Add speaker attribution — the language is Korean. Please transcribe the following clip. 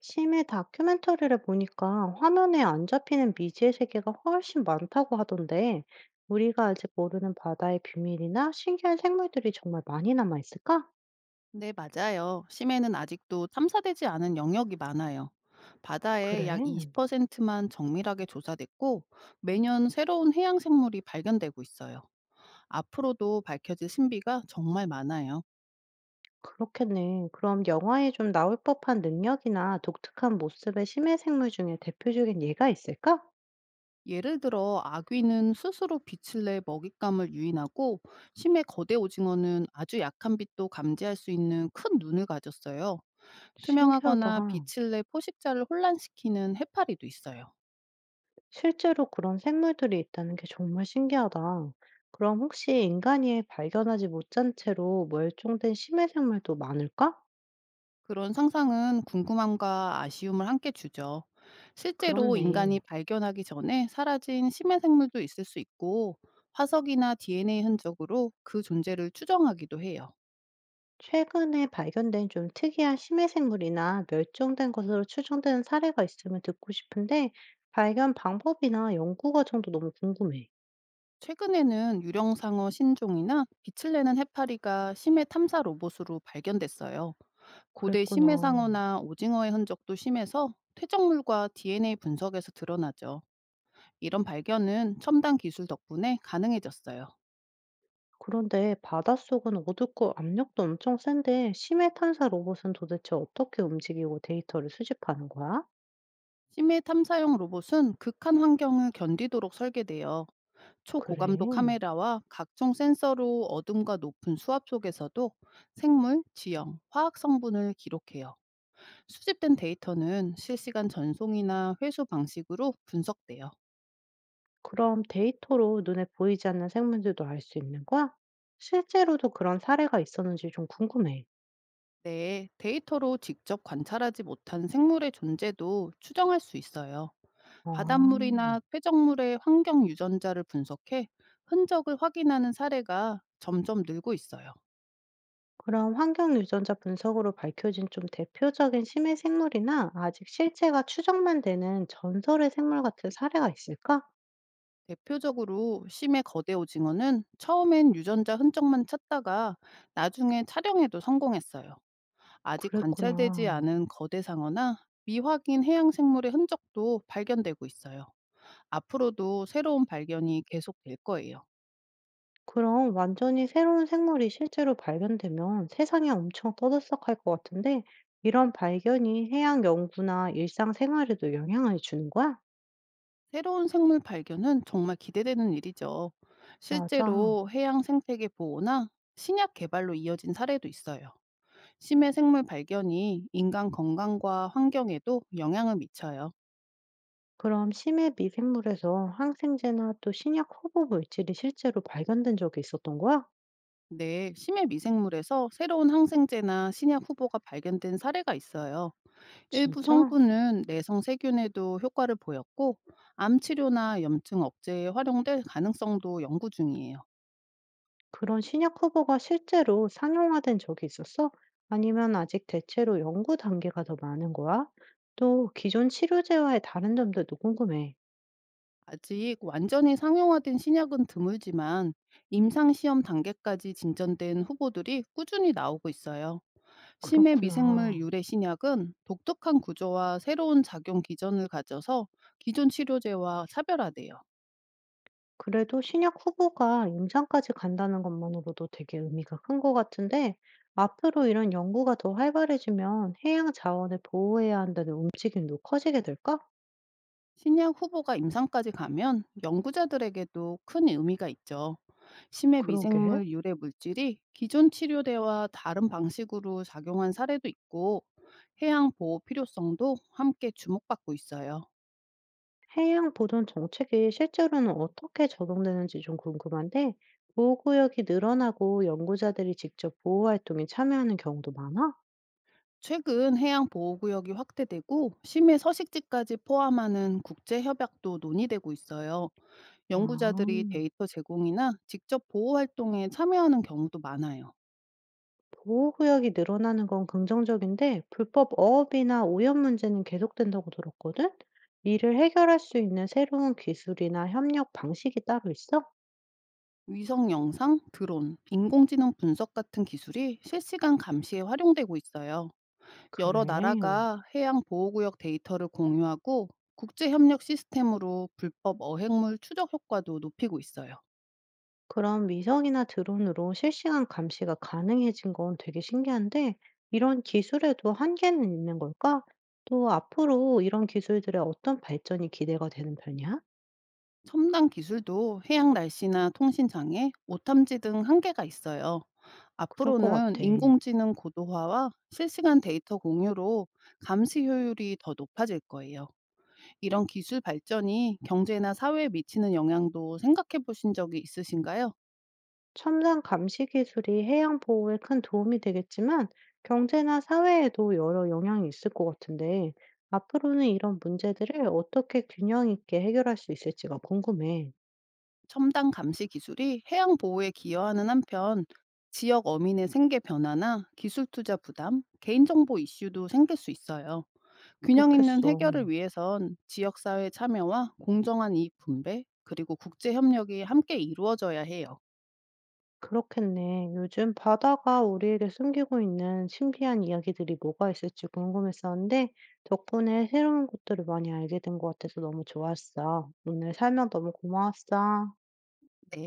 Speaker 1: 심해 다큐멘터리를 보니까 화면에 안 잡히는 미지의 세계가 훨씬 많다고 하던데, 우리가 아직 모르는 바다의 비밀이나 신기한 생물들이 정말 많이 남아 있을까?
Speaker 2: 네, 맞아요. 심해는 아직도 탐사되지 않은 영역이 많아요. 바다의
Speaker 1: 그래,
Speaker 2: 약 20%만 정밀하게 조사됐고, 매년 새로운 해양 생물이 발견되고 있어요. 앞으로도 밝혀질 신비가 정말 많아요.
Speaker 1: 그렇겠네. 그럼 영화에 좀 나올 법한 능력이나 독특한 모습의 심해 생물 중에 대표적인 예가 있을까?
Speaker 2: 예를 들어, 아귀는 스스로 빛을 내 먹잇감을 유인하고, 심해 거대 오징어는 아주 약한 빛도 감지할 수 있는 큰 눈을 가졌어요.
Speaker 1: 신기하다.
Speaker 2: 투명하거나 빛을 내 포식자를 혼란시키는 해파리도 있어요.
Speaker 1: 실제로 그런 생물들이 있다는 게 정말 신기하다. 그럼 혹시 인간이 발견하지 못한 채로 멸종된 심해 생물도 많을까?
Speaker 2: 그런 상상은 궁금함과 아쉬움을 함께 주죠. 실제로 인간이
Speaker 1: 그렇네.
Speaker 2: 발견하기 전에 사라진 심해 생물도 있을 수 있고, 화석이나 DNA 흔적으로 그 존재를 추정하기도 해요.
Speaker 1: 최근에 발견된 좀 특이한 심해 생물이나 멸종된 것으로 추정되는 사례가 있으면 듣고 싶은데, 발견 방법이나 연구 과정도 너무 궁금해.
Speaker 2: 최근에는 유령상어 신종이나 빛을 내는 해파리가 심해 탐사 로봇으로 발견됐어요. 고대 심해
Speaker 1: 그랬구나.
Speaker 2: 상어나 오징어의 흔적도 심해서 퇴적물과 DNA 분석에서 드러나죠. 이런 발견은 첨단 기술 덕분에 가능해졌어요.
Speaker 1: 그런데 바닷속은 어둡고 압력도 엄청 센데, 심해 탐사 로봇은 도대체 어떻게 움직이고 데이터를 수집하는 거야?
Speaker 2: 심해 탐사용 로봇은 극한 환경을 견디도록 설계되어
Speaker 1: 그래.
Speaker 2: 초고감도 카메라와 각종 센서로 어둠과 높은 수압 속에서도 생물, 지형, 화학 성분을 기록해요. 수집된 데이터는 실시간 전송이나 회수 방식으로 분석돼요.
Speaker 1: 그럼 데이터로 눈에 보이지 않는 생물들도 알 수 있는 거야? 실제로도 그런 사례가 있었는지 좀 궁금해.
Speaker 2: 네, 데이터로 직접 관찰하지 못한 생물의 존재도 추정할 수 있어요.
Speaker 1: 아.
Speaker 2: 바닷물이나 퇴적물의 환경 유전자를 분석해 흔적을 확인하는 사례가 점점 늘고 있어요.
Speaker 1: 그럼 환경 유전자 분석으로 밝혀진 좀 대표적인 심해 생물이나 아직 실체가 추정만 되는 전설의 생물 같은 사례가 있을까?
Speaker 2: 대표적으로 심해 거대 오징어는 처음엔 유전자 흔적만 찾다가 나중에 촬영에도 성공했어요. 아직
Speaker 1: 그랬구나.
Speaker 2: 관찰되지 않은 거대 상어나 미확인 해양 생물의 흔적도 발견되고 있어요. 앞으로도 새로운 발견이 계속될 거예요.
Speaker 1: 그럼 완전히 새로운 생물이 실제로 발견되면 세상이 엄청 떠들썩할 것 같은데, 이런 발견이 해양 연구나 일상 생활에도 영향을 주는 거야?
Speaker 2: 새로운 생물 발견은 정말 기대되는 일이죠.
Speaker 1: 맞아.
Speaker 2: 실제로 해양 생태계 보호나 신약 개발로 이어진 사례도 있어요. 심해 생물 발견이 인간 건강과 환경에도 영향을 미쳐요.
Speaker 1: 그럼 심해 미생물에서 항생제나 또 신약 허브 물질이 실제로 발견된 적이 있었던 거야?
Speaker 2: 네, 심해 미생물에서 새로운 항생제나 신약 후보가 발견된 사례가 있어요. 일부
Speaker 1: 진짜?
Speaker 2: 성분은 내성 세균에도 효과를 보였고, 암 치료나 염증 억제에 활용될 가능성도 연구 중이에요.
Speaker 1: 그런 신약 후보가 실제로 상용화된 적이 있었어? 아니면 아직 대체로 연구 단계가 더 많은 거야? 또 기존 치료제와의 다른 점들도 궁금해.
Speaker 2: 아직 완전히 상용화된 신약은 드물지만 임상 시험 단계까지 진전된 후보들이 꾸준히 나오고 있어요. 심해 미생물
Speaker 1: 그렇구나.
Speaker 2: 유래 신약은 독특한 구조와 새로운 작용 기전을 가져서 기존 치료제와 차별화돼요.
Speaker 1: 그래도 신약 후보가 임상까지 간다는 것만으로도 되게 의미가 큰 것 같은데, 앞으로 이런 연구가 더 활발해지면 해양 자원을 보호해야 한다는 움직임도 커지게 될까?
Speaker 2: 신약 후보가 임상까지 가면 연구자들에게도 큰 의미가 있죠. 심해
Speaker 1: 그러게.
Speaker 2: 미생물 유래 물질이 기존 치료제와 다른 방식으로 작용한 사례도 있고 해양 보호 필요성도 함께 주목받고 있어요.
Speaker 1: 해양 보존 정책이 실제로는 어떻게 적용되는지 좀 궁금한데, 보호구역이 늘어나고 연구자들이 직접 보호활동에 참여하는 경우도 많아?
Speaker 2: 최근 해양 보호 구역이 확대되고 심해 서식지까지 포함하는 국제 협약도 논의되고 있어요.
Speaker 1: 아,
Speaker 2: 연구자들이 데이터 제공이나 직접 보호 활동에 참여하는 경우도 많아요.
Speaker 1: 보호구역이 늘어나는 건 긍정적인데, 불법 어업이나 오염 문제는 계속된다고 들었거든? 이를 해결할 수 있는 새로운 기술이나 협력 방식이 따로 있어?
Speaker 2: 위성 영상, 드론, 인공지능 분석 같은 기술이 실시간 감시에 활용되고 있어요.
Speaker 1: 그래.
Speaker 2: 여러 나라가 해양 보호구역 데이터를 공유하고 국제 협력 시스템으로 불법 어획물 추적 효과도 높이고 있어요.
Speaker 1: 그럼 위성이나 드론으로 실시간 감시가 가능해진 건 되게 신기한데, 이런 기술에도 한계는 있는 걸까? 또 앞으로 이런 기술들의 어떤 발전이 기대가 되는 편이야?
Speaker 2: 첨단 기술도 해양 날씨나 통신 장애, 오탐지 등 한계가 있어요.
Speaker 1: 그럴 것
Speaker 2: 앞으로는
Speaker 1: 같아.
Speaker 2: 인공지능 고도화와 실시간 데이터 공유로 감시 효율이 더 높아질 거예요. 이런 기술 발전이 경제나 사회에 미치는 영향도 생각해 보신 적이 있으신가요?
Speaker 1: 첨단 감시 기술이 해양 보호에 큰 도움이 되겠지만, 경제나 사회에도 여러 영향이 있을 것 같은데, 앞으로는 이런 문제들을 어떻게 균형 있게 해결할 수 있을지가 궁금해.
Speaker 2: 첨단 감시 기술이 해양 보호에 기여하는 한편 지역 어민의 생계 변화나 기술 투자 부담, 개인정보 이슈도 생길 수 있어요. 균형 있는
Speaker 1: 그렇겠어.
Speaker 2: 해결을 위해선 지역사회 참여와 공정한 이익 분배, 그리고 국제협력이 함께 이루어져야 해요.
Speaker 1: 그렇겠네. 요즘 바다가 우리에게 숨기고 있는 신비한 이야기들이 뭐가 있을지 궁금했었는데, 덕분에 새로운 것들을 많이 알게 된 것 같아서 너무 좋았어. 오늘 설명 너무 고마웠어.
Speaker 2: 네.